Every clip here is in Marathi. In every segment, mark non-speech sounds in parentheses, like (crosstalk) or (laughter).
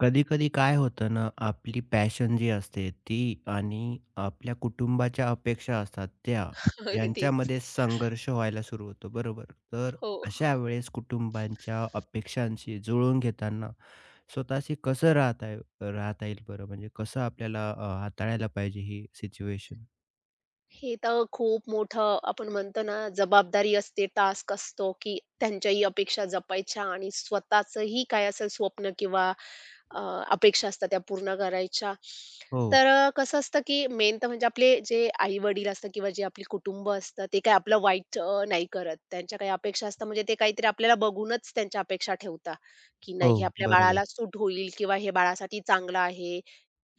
कधी-कधी काय होतं ना, आपली पॅशन जी असते ती आणि आपल्या कुटुंबाच्या अपेक्षा असतात त्या, अगदीच. यांच्यामध्ये संघर्ष व्हायला सुरू होतो, बरोबर? तर हो. अशा वेळेस कुटुंबांच्या अपेक्षांशी जुळवून घेताना स्वतःशी कसं राहता येईल बरं? म्हणजे कसं आपल्याला हाताळायला पाहिजे ही सिच्युएशन? हे तर खूप मोठं आपण म्हणतो ना, जबाबदारी असते, टास्क असतो, की त्यांच्याही अपेक्षा जपायच्या आणि स्वतःचंही काय असेल स्वप्न किंवा अ, अपेक्षा असतात त्या पूर्ण करायच्या. हो, तर कसं असतं, की मेन तर म्हणजे आपले जे आई-वडील असतात किंवा जे आपले कुटुंब असतं, ते काय आपलं वाईट नाही करत. त्यांच्या काही अपेक्षा असतात म्हणजे ते काहीतरी आपल्याला बघूनच त्यांच्या अपेक्षा ठेवतात, की हो, नाही हे आपल्या बरोबर. बाळाला सूट होईल किंवा हे बाळासाठी चांगलं आहे.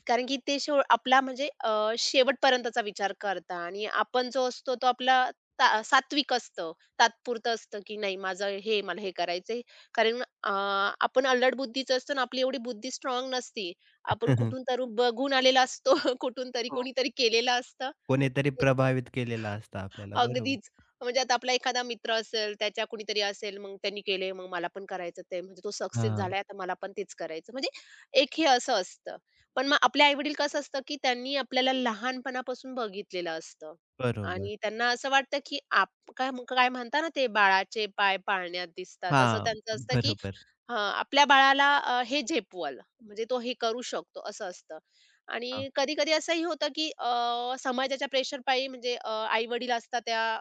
कारण की ते शो आपला म्हणजे शेवटपर्यंतचा विचार करता, आणि आपण जो असतो तो आपला सात्विक असतं, तात्पुरतं असतं, की नाही माझं हे मला हे करायचंय. कारण आपण अल्लड बुद्धीचं असतो आणि आपली एवढी बुद्धी स्ट्रॉंग नसती. आपण कुठून (laughs) तरी बघून आलेला असतो, (laughs) कुठून तरी हो, कोणीतरी केलेलं असतं. कोणीतरी प्रभावित केलेलं असतं आपल्याला, बरोबर. अगदीच. म्हणजे आता आपला एखादा मित्र असेल, त्याच्या कुणीतरी असेल, मग त्यांनी केले, मग मला पण करायचं ते. म्हणजे तो सक्सेस हां, झालाय, आता मला पण तेच करायचं. म्हणजे एक हे असं असतं. पण मग आपले आई-वडील कसं असतं, की त्यांनी आपल्याला लहानपणापासून बघितलेलं असतं बरोबर. आणि त्यांना असं वाटतं, की आप काय काय म्हणता ना ते, "बाळाचे पाय पाळण्यात दिसतात." असं हां, त्यांचं असतं, की बरोबर. हां, आपल्या बाळाला हे झेपवल, म्हणजे तो हे करू शकतो असं असतं. हां, आणि कधी-कधी असंही होतं, की समाजाच्या प्रेशरपायी म्हणजे आई-वडील असतात त्या,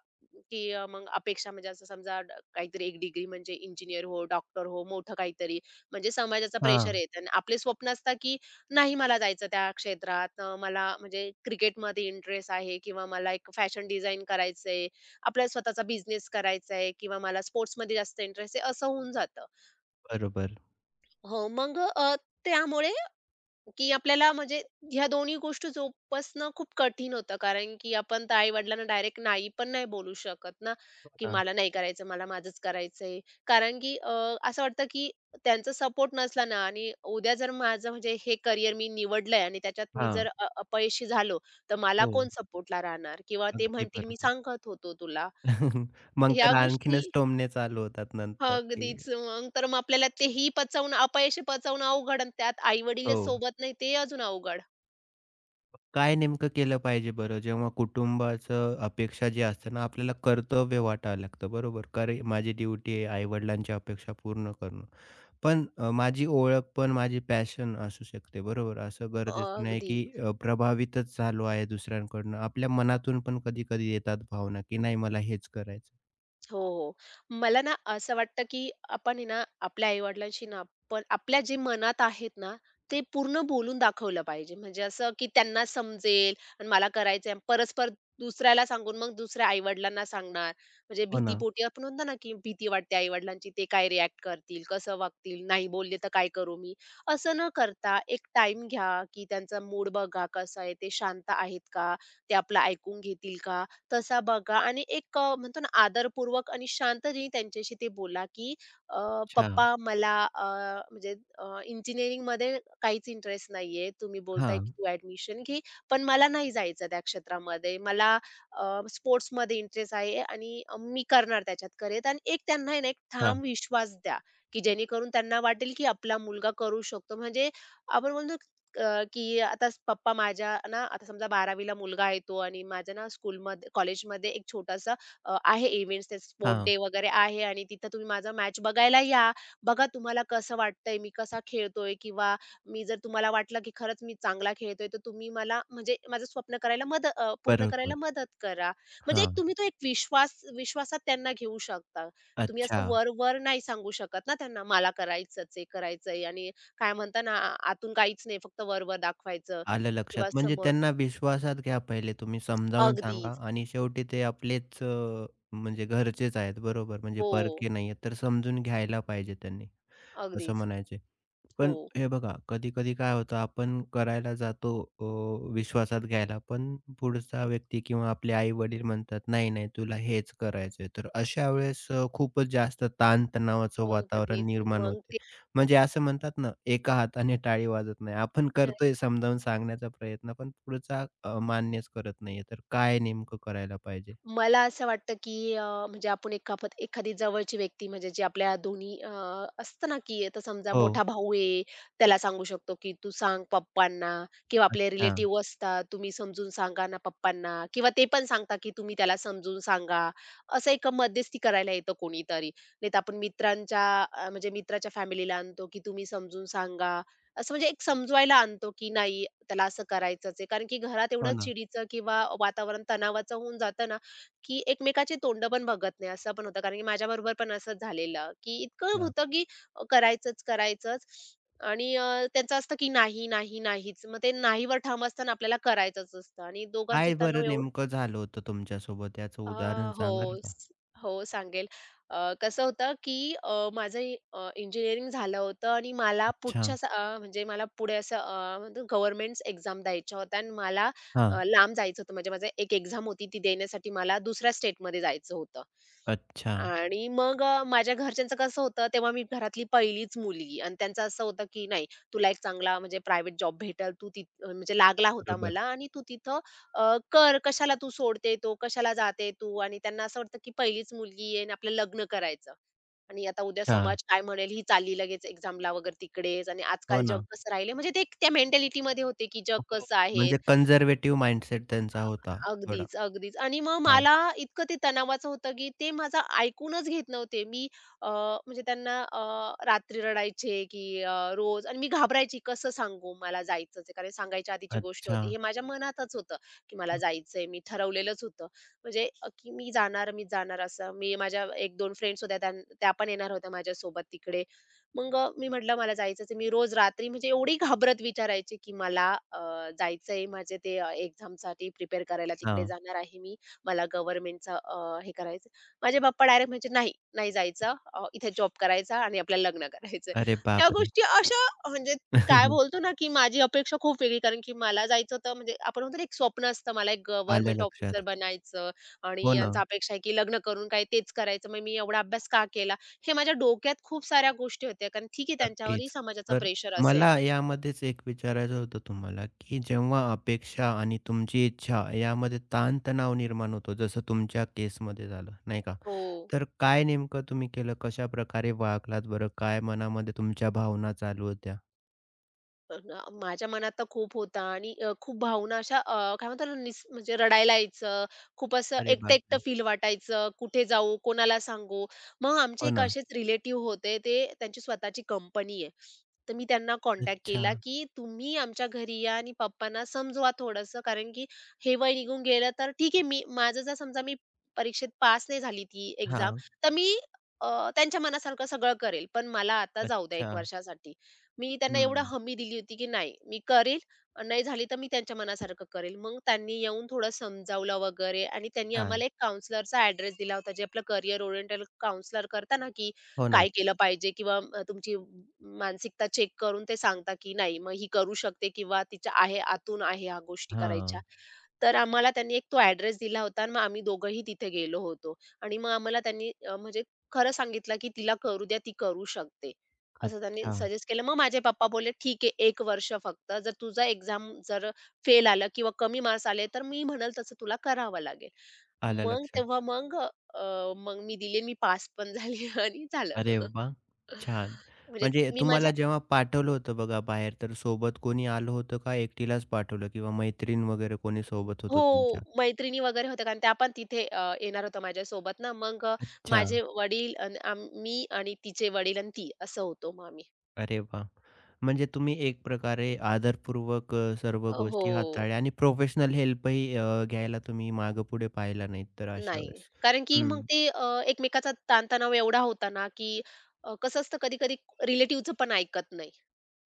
की मग अपेक्षा म्हणजे असं समजा काहीतरी एक डिग्री म्हणजे इंजिनियर हो, डॉक्टर हो, मोठं काहीतरी म्हणजे समाजाचा प्रेशर हां, येतं आणि आपले स्वप्न असतं, की नाही मला जायचं त्या क्षेत्रात, मला म्हणजे क्रिकेटमध्ये इंटरेस्ट आहे किंवा मला एक फॅशन डिझाइन करायचंय, आपल्याला स्वतःचा बिझनेस करायचा आहे किंवा मला स्पोर्ट्समध्ये जास्त इंटरेस्ट आहे, असं होऊन जातं. बरोबर. हो, मग त्यामुळे की आपल्याला म्हणजे ह्या दोन्ही गोष्टी जोपासणं खूप कठीण होतं. कारण की आपण तर आई-वडिलांना डायरेक्ट नाही पण नाही बोलू शकत ना, की हां, मला नाही करायचं, मला माझंच करायचंय. कारण की असं वाटतं की त्यांचा सपोर्ट नसला ना आणि उद्या जर माझं म्हणजे हे करियर मी निवडलंय आणि त्याच्यात मी हां. जर अपयशी झालो, तर मला हो, कोण सपोर्टला राहणार किंवा ते अगदी म्हणतील, "मी बरोबर. सांगत होतो तुला." (laughs) मग ह्या तर गोष्टी आणखीनच टोमणे चालू होतात नंतर, की अगदीच. मग तर मग आपल्याला तेही पचवणं अपयश पचवणं अवघड आणि त्यात हो. आई-वडीलच सोबत नाही ते अजून अवघड. काय नेमकं केलं पाहिजे बरं? जेव्हा कुटुंबाचं अपेक्षा जी असते ना, आपल्याला कर्तव्य वाटायला लागतं, बरोबर? "अरे, माझी ड्युटी आहे आई-वडिलांची अपेक्षा पूर्ण करणं." पण माझी ओळख पण माझी पॅशन असू शकते, बरोबर? असं गरजेचं नाही अगदी. की प्रभावितच झालो आहे दुसऱ्यांकडनं. आपल्या मनातून पण कधी-कधी येतात भावना, की "नाही, मला हेच करायचं." हो, हो. मला ना असं वाटतं, की आपण आहे ना, आपल्या आई ना आपण आपल्या जे मनात आहेत ना, ते पूर्ण बोलून दाखवलं पाहिजे. म्हणजे असं, की त्यांना समजेल आणि मला करायचंय. परस्पर दुसऱ्याला सांगून मग दुसऱ्या आई-वडिलांना सांगणार. म्हणजे हो ना. भीतीपोटी आपण म्हणतो ना, की भीती वाटते आई ते काय रिएक्ट करतील, कसं वागतील, नाही बोलले तर काय करू मी? असं न करता एक टाईम घ्या, की त्यांचा मूड बघा कसा आहे, ते शांत आहेत का? ते आपलं ऐकून घेतील का? तसा बघा आणि एक म्हणतो ना आदरपूर्वक आणि शांततेने त्यांच्याशी ते बोला, की अ, अच्छा. "पप्पा मला म्हणजे इंजिनिअरिंगमध्ये काहीच इंटरेस्ट नाहीये. तुम्ही बोलताय हां, की तू ॲडमिशन घे, पण मला नाही जायचं त्या क्षेत्रामध्ये. मला स्पोर्ट्समध्ये इंटरेस्ट आहे आणि मी करणार त्याच्यात करिअर." आणि एक त्यांना आहे ना, एक ठाम हां. विश्वास द्या, की जेणेकरून त्यांना वाटेल की आपला मुलगा करू शकतो. म्हणजे आपण म्हणतो की आता पप्पा माझ्या ना आता समजा 12वीला मुलगा आहे तो आणि माझ्या ना स्कूलमध्ये कॉलेजमध्ये एक छोटासा आहे इव्हेंट्स ते स्पोर्ट हां, डे वगैरे आहे आणि तिथं तुम्ही माझा मॅच बघायला या. बघा तुम्हाला कसं वाटतंय, मी कसा खेळतोय किंवा मी जर तुम्हाला वाटलं की खरंच मी चांगला खेळतोय, तर तुम्ही मला म्हणजे माझं स्वप्न करायला पूर्ण करायला बरोबर. मदत करा. म्हणजे एक हां. तुम्ही तो एक विश्वासात त्यांना घेऊ शकता. तुम्ही अच्छा. असं वर-वर नाही सांगू शकत ना त्यांना, मला करायचंच आहे, करायचंय आणि काय म्हणता ना, आतून काहीच नाही, फक्त वर-वर दाखवायचं आलं लक्षात. किंवा म्हणजे समोर त्यांना विश्वासात घ्या पहिले तुम्ही समजावून सांगा अगदीच. आणि शेवटी ते आपलेच म्हणजे घरचेच आहेत बरोबर. म्हणजे हो, परके नाहीयेत तर समजून घ्यायला पाहिजे त्यांनी. असं अगदीच. म्हणायचे. हो. पण हे बघा, कधी-कधी काय होतं आपण करायला जातो अ, विश्वासात घ्यायला, पण पुढचा व्यक्ती किंवा आपले आई-वडील म्हणतात, "नाही, नाही तुला हेच करायचंय." तर अशा वेळेस खूपच जास्त ताण-तणावाचं वातावरण अगदीच. निर्माण होते. मग म्हणजे असं म्हणतात ना, एका हाताने टाळी वाजत नाही. आपण ते करतोय समजावून सांगण्याचा प्रयत्न, पण पुढचा मान्यच करत नाहीये. तर काय नेमकं करायला पाहिजे? मला असं वाटतं, की म्हणजे आपण एखादी जवळची व्यक्ती म्हणजे जी आपल्या दोन्ही असतं ना, की आता समजा हो. मोठा भाऊ आहे, त्याला सांगू शकतो, की "तू सांग पप्पांना" किंवा आपले अच्छा. रिलेटिव्ह असतात, "तुम्ही समजून सांगा ना पप्पांना" किंवा ते पण सांगतात, की "तुम्ही त्याला समजून सांगा." असं एक मध्यस्थी करायला येतं कोणीतरी. नाहीतर आपण मित्रांच्या म्हणजे मित्राच्या फॅमिलीला आणतो, की "तुम्ही समजून सांगा." असं म्हणजे एक समजवायला आणतो, की नाही त्याला असं करायचंच आहे. कारण की घरात हो एवढं ना. चिडीचं किंवा वातावरण तणावाचं होऊन जातं ना, की एकमेकाची तोंड पण बघत नाही, असं पण होतं. कारण की माझ्याबरोबर पण असंच झालेलं, की इतकं होतं की करायचंच, करायचंच आणि त्यांचं असतं की नाही, नाही, नाहीच. मग ते नाहीवर ठाम असताना आपल्याला करायचंच असतं आणि दोघांचे काय तणाव बरं एवढे नेमकं झालं होतं तुमच्यासोबत याचं अ, उदाहरण हो, सांगाल का? स हो, सांगेल. अ, कसं होतं, की माझं इंजिनिअरिंग झालं होतं आणि मला अच्छा. पुढच्या म्हणजे मला पुढे असं एक्झाम द्यायच्या होत्या आणि मला हां. लांब जायचं होतं. म्हणजे माझं एक एक्झाम होती ती देण्यासाठी मला दुसऱ्या स्टेटमध्ये जायचं होतं. अच्छा. आणि मग माझ्या घरच्यांचं कसं होतं, तेव्हा मी घरातली पहिलीच मुलगी आणि त्यांचं असं होतं, की "नाही, तुला एक चांगला म्हणजे प्रायव्हेट जॉब भेटेल. तू ती" म्हणजे लागला होता बरोबर. मला आणि "तू तिथं अ, कर कशाला तू सोडते तो, कशाला जाते तू? आणि त्यांना असं वाटतं, की पहिलीच मुलगी आहे आणि आपलं लग्न करायचं आणि आता उद्या हां. समाज काय म्हणेल? ही चालली लगेच एक्झामला वगैरे तिकडेच आणि हो आजकाल जग ना. कसं राहिलंय म्हणजे ते एक त्या मेंटॅलिटीमध्ये होते, की जग हो. कसं आहे? म्हणजे कन्झर्व्हेटिव्ह माइंडसेट त्यांचा अ, होता थोडा. अगदीच, अगदीच आणि मग हां. मला इतकं ते तणावाचं होतं, की ते माझं ऐकूनच घेत नव्हते. मी अ, म्हणजे त्यांना रात्री रडायचे, की रोज आणि मी घाबरायची, कसं सांगू मला जायचंच आहे. कारण सांगायच्या आधीची गोष्ट अच्छा. होती. हे माझ्या मनातच होतं, की मला जायचंय. मी ठरवलेलंच होतं. म्हणजे की मी जाणार, मी जाणार असं. मी माझ्या 1-2 फ्रेंड्स होत्या, त्या पण येणार होत्या माझ्यासोबत तिकडे. मग मी म्हटलं मला जायचंच आहे. मी रोज रात्री म्हणजे एवढी घाबरत विचारायची, की मला अ, जायचंय माझे ते एक्झामसाठी प्रिपेअर करायला तिकडे हां. जाणार आहे मी. मला गव्हर्नमेंटचं हे करायचं माझे पप्पा डायरेक्ट म्हणायचे, "नाही, नाही जायचं. इथे जॉब करायचा आणि आपल्याला लग्न (laughs) करायचंय." अरे ह्या बापरे! गोष्टी अशा म्हणजे काय बोलतो (laughs) ना, की माझी अपेक्षा खूप वेगळी कारण की मला जायचं होतं म्हणजे आपण म्हणतो ना, एक स्वप्न असतं मला एक आलं गव्हर्नमेंट ऑफिसर लक्षात. बनायचं आणि हो ना. यांचा अपेक्षा आहे की लग्न करून काय तेच करायचं, मग मी एवढा अभ्यास का केला? हे माझ्या डोक्यात खूप साऱ्या गोष्टी होत्या कारण ठीक आहे त्यांच्यावरही नक्कीच. समाजाचा तर प्रेशर असेल. मला यामध्येच एक विचारायचं होतं तुम्हाला, की जेव्हा अपेक्षा आणि तुमची इच्छा यामध्ये ताणतणाव निर्माण होतो, जसं तुमच्या केसमध्ये झालं, नाही का? हो. तर काय नेमकं तुम्ही केलं? कशाप्रकारे वागलात बरं? काय मनामध्ये तुमच्या भावना चालू होत्या? ना माझ्या मनात तर खूप होता आणि खूप भावना अशा काय म्हणतात ना, म्हणजे रडायला यायचं. खूप असं अरे एकटं-एकटं बापरे! फील वाटायचं. कुठे जाऊ? कोणाला सांगू? मग आमचे हो एक ना. असेच रिलेटिव्ह होते. ते त्यांची स्वतःची कंपनी आहे. तर मी त्यांना कॉन्टॅक्ट अच्छा. केला, की तुम्ही आमच्या घरी या आणि पप्पांना समजवा थोडंसं, कारण की हे वय निघून गेलं तर ठीक आहे, मी माझं जर समजा मी परीक्षेत पास नाही झाली ती एक्झाम, हां. तर मी अ, त्यांच्या मनासारखं सगळं करेल. पण मला आता जाऊ द्या अच्छा. 1 वर्षासाठी. मी त्यांना एवढं हं. हमी दिली होती, की नाही मी करील, नाही झाली तर मी त्यांच्या मनासारखं करेल. मग त्यांनी येऊन थोडं समजावलं वगैरे आणि त्यांनी छान. आम्हाला एक काउंसलरचा ॲड्रेस दिला होता, जे आपलं करियर ओरिएंटेड काउंसलर करता ना, की हो ना. काय केलं पाहिजे किंवा तुमची मानसिकता चेक करून ते सांगता, की नाही मग ही करू शकते किंवा तिच्या आहे आतून आहे ह्या गोष्टी करायच्या. हां. तर आम्हाला त्यांनी एक तो ॲड्रेस दिला होता आणि मग आम्ही दोघंही तिथे गेलो होतो आणि मग आम्हाला त्यांनी म्हणजे खरं सांगितलं, की तिला करू द्या, ती करू शकते. असं त्यांनी अच्छा. सजेस्ट केलं. मग माझे पप्पा बोलले, "ठीक आहे 1 वर्ष फक्त. जर तुझा एक्झाम जर फेल आलं किंवा कमी मार्क्स आले, तर मी म्हणेल तसं तुला करावं लागेल." आलं मग लक्षात. तेव्हा मग अ, मग मी दिले. मी पास पण झाले (laughs) आणि अरे झालं. वाह! छान. म्हणजे म्हणजे मी माझ्या तुम्हाला जेव्हा पाठवलं होतं बघा बाहेर, तर सोबत कोणी आलं होतं का एकटीलाच पाठवलं किंवा मैत्रीण वगैरे कोणी सोबत होतं हो, तुमच्या? मैत्रिणी वगैरे होत्या कारण त्या पण तिथे येणार होत्या माझ्यासोबत ना. मग अच्छा. माझे वडील अन् मी आणि तिचे वडील आणि ती असं होतो मग आम्ही. अरे वा, म्हणजे तुम्ही एक प्रकारे आदरपूर्वक सर्व हो. गोष्टी हाताळल्या आणि प्रोफेशनल हेल्पही घ्यायला तुम्ही मागे-पुढे पाहिला नाहीत तर अशा नाही. वेळेस. कारण की हं, मग ते एकमेकाचा ताणतणाव एवढा होता ना, की कसं असतं कधी-कधी रिलेटिव्हचं पण ऐकत नाही.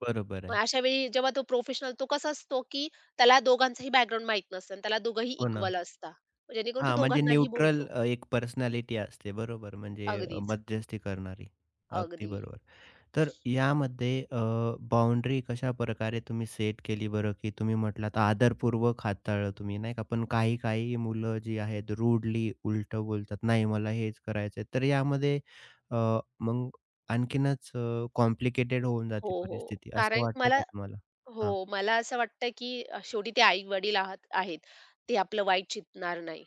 बरोबर मग आहे. अशा वेळी जेव्हा तो प्रोफेशनल तो कसा असतो, की त्याला दोघांचाही बॅकग्राऊंड माहीत नसतं आणि त्याला दोघंही हो ना. इक्वल असतात. जेणेकरून तो हां, म्हणजे दोघांनाही न्यूट्रल बोलतो. एक पर्सनॅलिटी असते बरोबर म्हणजे अगदीच. मध्यस्थी करणारी. अगदी अगदी. बरोबर. तर यामध्ये बाउंडरी कशाप्रकारे तुम्ही सेट केली बरं? की तुम्ही म्हटलात आदरपूर्वक हाताळलं तुम्ही नाही का? पण काही-काही मुलं जी आहेत रूडली उलटं बोलतात, "नाही मला हेच करायचंय." तर यामध्ये मग आणखीनच कॉम्प्लिकेटेड होऊन हो, जाते हो. परिस्थिती. असं कारण वाटतं मला का तुम्हाला? हां, हो, मला असं वाटतं, की शेवटी ते आई-वडील आहात आहेत. ते आपलं वाईट चिंतणार नाही.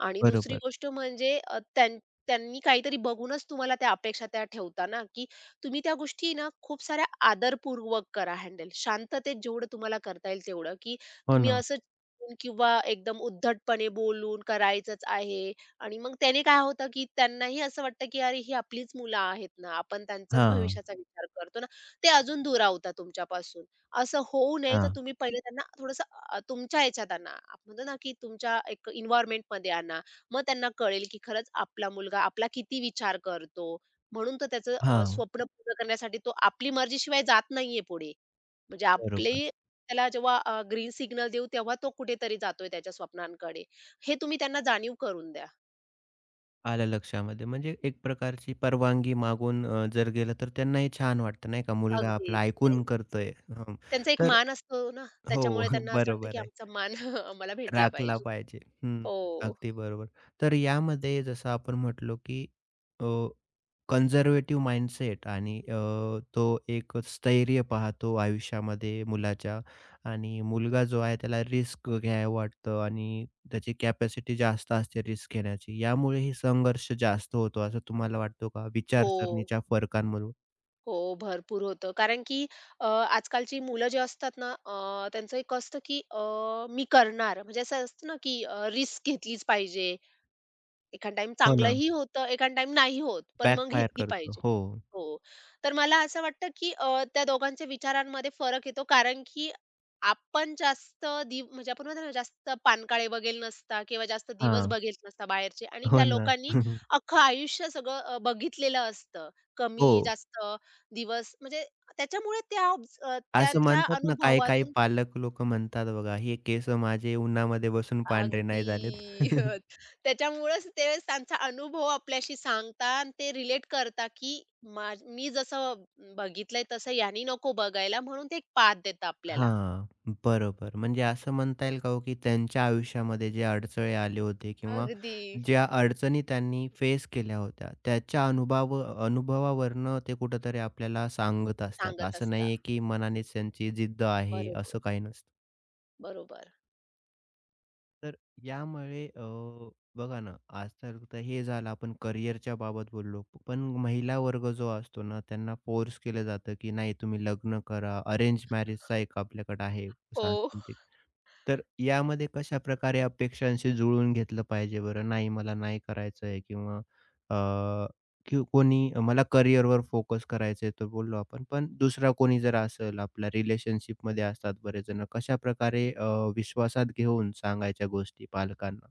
आणि दुसरी बरोबर. गोष्ट म्हणजे त्यांनी काहीतरी बघूनच तुम्हाला त्या अपेक्षा त्या ठेवता ना, की तुम्ही त्या गोष्टी ना खूप साऱ्या आदरपूर्वक करा हँडल. शांततेत जेवढं तुम्हाला करता येईल तेवढं, की हो तुम्ही ना. असं चिडून किंवा एकदम उद्धटपणे बोलून करायचंच आहे आणि मग त्याने काय होतं, की त्यांनाही असं वाटतं, की अरे ही आपलीच मुलं आहेत ना, आपण त्यांचाच हां, भविष्याचा विचार करतो ना, ते अजून दुरावतात तुमच्यापासून. असं होऊ नये तर हां, तुम्ही पहिले त्यांना थोडंसं तुमच्या ह्याच्यात आणा. आपण म्हणतो ना, की तुमच्या एक एन्व्हायर्नमेंटमध्ये आणा. मग त्यांना कळेल, की खरंच आपला मुलगा आपला किती विचार करतो. म्हणून तर त्याचं हां, स्वप्न पूर्ण करण्यासाठी तो आपली मर्जीशिवाय जात नाहीये पुढे. म्हणजे बरोबर. आपली त्याला जेव्हा ग्रीन सिग्नल देऊ तेव्हा तो कुठेतरी जातोय त्याच्या स्वप्नांकडे. हे तुम्ही त्यांना जाणीव करून द्या. आलं लक्षामध्ये. म्हणजे एक प्रकारची परवानगी मागून जर गेलं तर त्यांनाही छान वाटतं नाही का, मुलगा अगदीच. आपला म्हणजे ऐकून करतोय. हं. त्यांचा एक तर मान असतो ना, हो, त्याच्यामुळे (laughs) त्यांना असं वाटतं, की बरोबर आहे. आमचा मान (laughs) आम्हाला भेटला राखला पाहिजे. पाहिजे. हं, हो. अगदी बरोबर. तर यामध्ये जसं आपण म्हटलो, की अ, माइंडसेट आणि तो एक स्थैर्य पाहतो आयुष्यामध्ये मुलाच्या आणि मुलगा जो आहे त्याला रिस्क घ्यायला वाटतं आणि त्याची कॅपॅसिटी जास्त असते रिस्क घेण्याची. यामुळे ही संघर्ष जास्त होतो असं तुम्हाला वाटतो का? हो. विचारसरणीच्या फरकांमधून? हो, भरपूर होतं. कारण की आजकालची मुलं जे असतात ना, त्यांचं एक असतं की मी करणार म्हणजे असं असतं ना की रिस्क घेतलीच पाहिजे. एखाद टाईम हो ना. चांगलंही होतं, एखाद टाइम नाही होत, पण मग बॅकफायर घेतली करतो. पाहिजे. हो. हो. तर मला असं वाटतं, की त्या दोघांच्या विचारांमध्ये फरक येतो कारण की आपण जास्त म्हणजे आपण म्हणतो ना, जास्त पानकाळे बघेल नसता किंवा जास्त दिवस हां. बघेल नसता बाहेरचे आणि हो त्या ना. लोकांनी (laughs) अख्खं आयुष्य सगळं बघितलेलं असतं. हो. कमी-जास्त दिवस म्हणजे त्याच्यामुळे त्या असं त्यांच्या म्हणतात ना, काही-काही अनुभवातून पालक लोकं म्हणतात बघा, "हे केस माझे उन्हामध्ये बसून पांढरे अगदी. नाही झालेत." (laughs) हं. (laughs) त्याच्यामुळेच ते त्यांचा अनुभव आपल्याशी सांगता आणि ते रिलेट करता, की मी जसं बघितलंय तसं यानी नको बघायला म्हणून ते एक पाथ देतं आपल्याला. हां, बरोबर. म्हणजे असं म्हणता येईल का हो, की त्यांच्या आयुष्यामध्ये जे अडचणी आले होते किंवा अगदी ज्या अडचणी त्यांनी फेस केल्या होत्या, त्याच्या अनुभवावरनं ते कुठेतरी आपल्याला सांगत असतात. सांगत असं असता. नाहीये, की मनानेच त्यांची जिद्द आहे, बरोबर, असं काही नसतं. बरोबर. तर यामुळे बघा ना, आजकाल तर फक्त हे झालं आपण करिअरच्या बाबत बोललो. पण महिला वर्ग जो असतो ना, त्यांना फोर्स केलं जातं, की नाही तुम्ही लग्न करा. अरेंज मॅरेजचा एक आपल्याकडे आहे हो. सांस्कृतिक. तर यामध्ये कशाप्रकारे अपेक्षांशी जुळवून घेतलं पाहिजे बरं? नाही मला नाही करायचंय किंवा अ, की कोणी मला करिअरवर फोकस करायचंय तर बोललो आपण. पण दुसरा कोणी जर असेल आपल्या रिलेशनशिपमध्ये असतात बरेच जण. कशाप्रकारे विश्वासात घेऊन सांगायच्या गोष्टी पालकांना?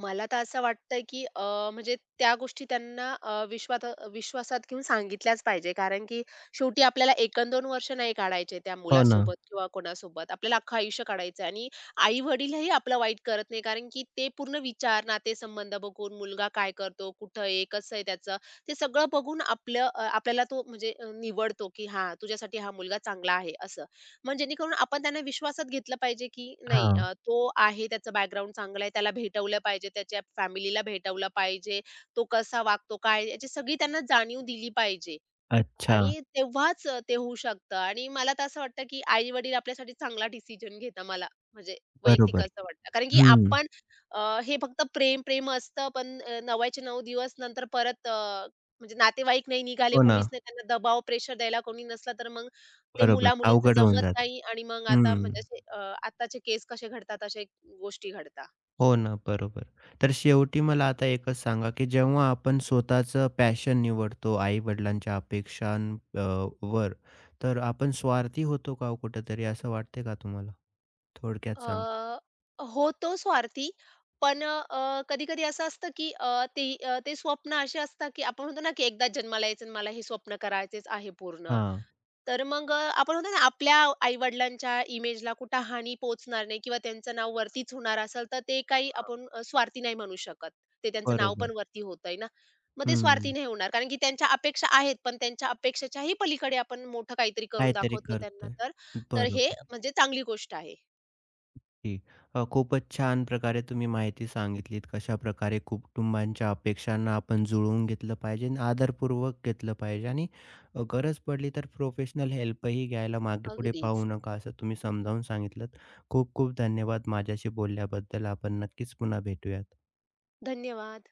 मला तर असं वाटतंय, की म्हणजे त्या गोष्टी त्यांना विश्वासात घेऊन सांगितल्याच पाहिजे. कारण की शेवटी आपल्याला 1-2 वर्ष नाही काढायचे त्या हो ना. मुलासोबत किंवा कोणासोबत. आपल्याला अख्खं आयुष्य काढायचं आहे आणि आई-वडीलही आपलं वाईट करत नाही. कारण की ते पूर्ण विचार, नातेसंबंध बघून, मुलगा काय करतो, कुठं आहे, कसं आहे त्याचं, ते सगळं बघून आपलं आपल्याला तो म्हणजे निवडतो, की हां, तुझ्यासाठी हा मुलगा चांगला आहे, असं. मग जेणेकरून आपण त्यांना विश्वासात घेतलं पाहिजे, की नाही हां. तो आहे, त्याचं बॅकग्राऊंड चांगलं आहे, त्याला भेटवलं पाहिजे, त्याच्या फॅमिलीला भेटवलं पाहिजे, तो कसा वागतो, काय याची सगळी त्यांना जाणीव दिली पाहिजे. अच्छा. आणि तेव्हाच ते होऊ शकतं आणि मला तर असं वाटतं, की आई-वडील आपल्यासाठी चांगला डिसिजन घेता मला म्हणजे वैयक्तिक बरोबर. असं वाटतं. कारण की हं. आपण अ, हे फक्त प्रेम, प्रेम असतं पण 9च्या 9 दिवस नंतर परत म्हणजे नातेवाईक नाही निघाले, हो ना. कोणीच नाही त्यांना दबाव, प्रेशर द्यायला कोणी नसला, तर मग ते बरोबर. मुला-मुलींचं अवघड होऊन जमत जातं. नाही आणि मग आता हं. म्हणजे असे आत्ताचे केस कसे घडतात, अशा गोष्टी घडतात. हो ना, बरोबर. तर शेवटी मला आता एकच सांगा, की जेव्हा आपण स्वतःचं पॅशन निवडतो आई-वडिलांच्या अपेक्षां वर, तर आपण स्वार्थी होतो का हो कुठेतरी, असं वाटतंय का तुम्हाला? थोडक्यात सांगा. अ, होतो स्वार्थी, पण कधी-कधी असं असतं, की ते ते स्वप्न असे असतात, की आपण म्हणतो ना, की एकदाच जन्माला यायचं आणि मला हे स्वप्न करायचेच आहे पूर्ण. हां, तर मग आपण म्हणतो ना, आपल्या आई-वडिलांच्या इमेजला कुठं हानी पोहोचणार नाही किंवा त्यांचं नाव वरतीच होणार असेल, तर ते काही आपण स्वार्थी नाही म्हणू शकत. ते त्यांचं नाव पण बरोबर. वरती होतंय ना, मग ते स्वार्थी हं, नाही होणार. कारण की त्यांच्या अपेक्षा आहेत, पण त्यांच्या अपेक्षेच्याही पलीकडे आपण मोठं काहीतरी करून काहीतरी दाखवतो त्यांना करतोय. तर, तर हे बरोबर. म्हणजे चांगली गोष्ट आहे. की खूपच छान प्रकारे तुम्ही माहिती सांगितलीत, कशाप्रकारे कुटुंबांच्या अपेक्षांना आपण जुळवून घेतलं पाहिजे आणि आदरपूर्वक घेतलं पाहिजे आणि गरज पडली तर प्रोफेशनल हेल्पही घ्यायला मागेपुढे पाहू अगदीच. नका, असं तुम्ही समजावून सांगितलंत. खूप खूप धन्यवाद माझ्याशी बोलल्याबद्दल. आपण नक्कीच पुन्हा भेटूयात. धन्यवाद.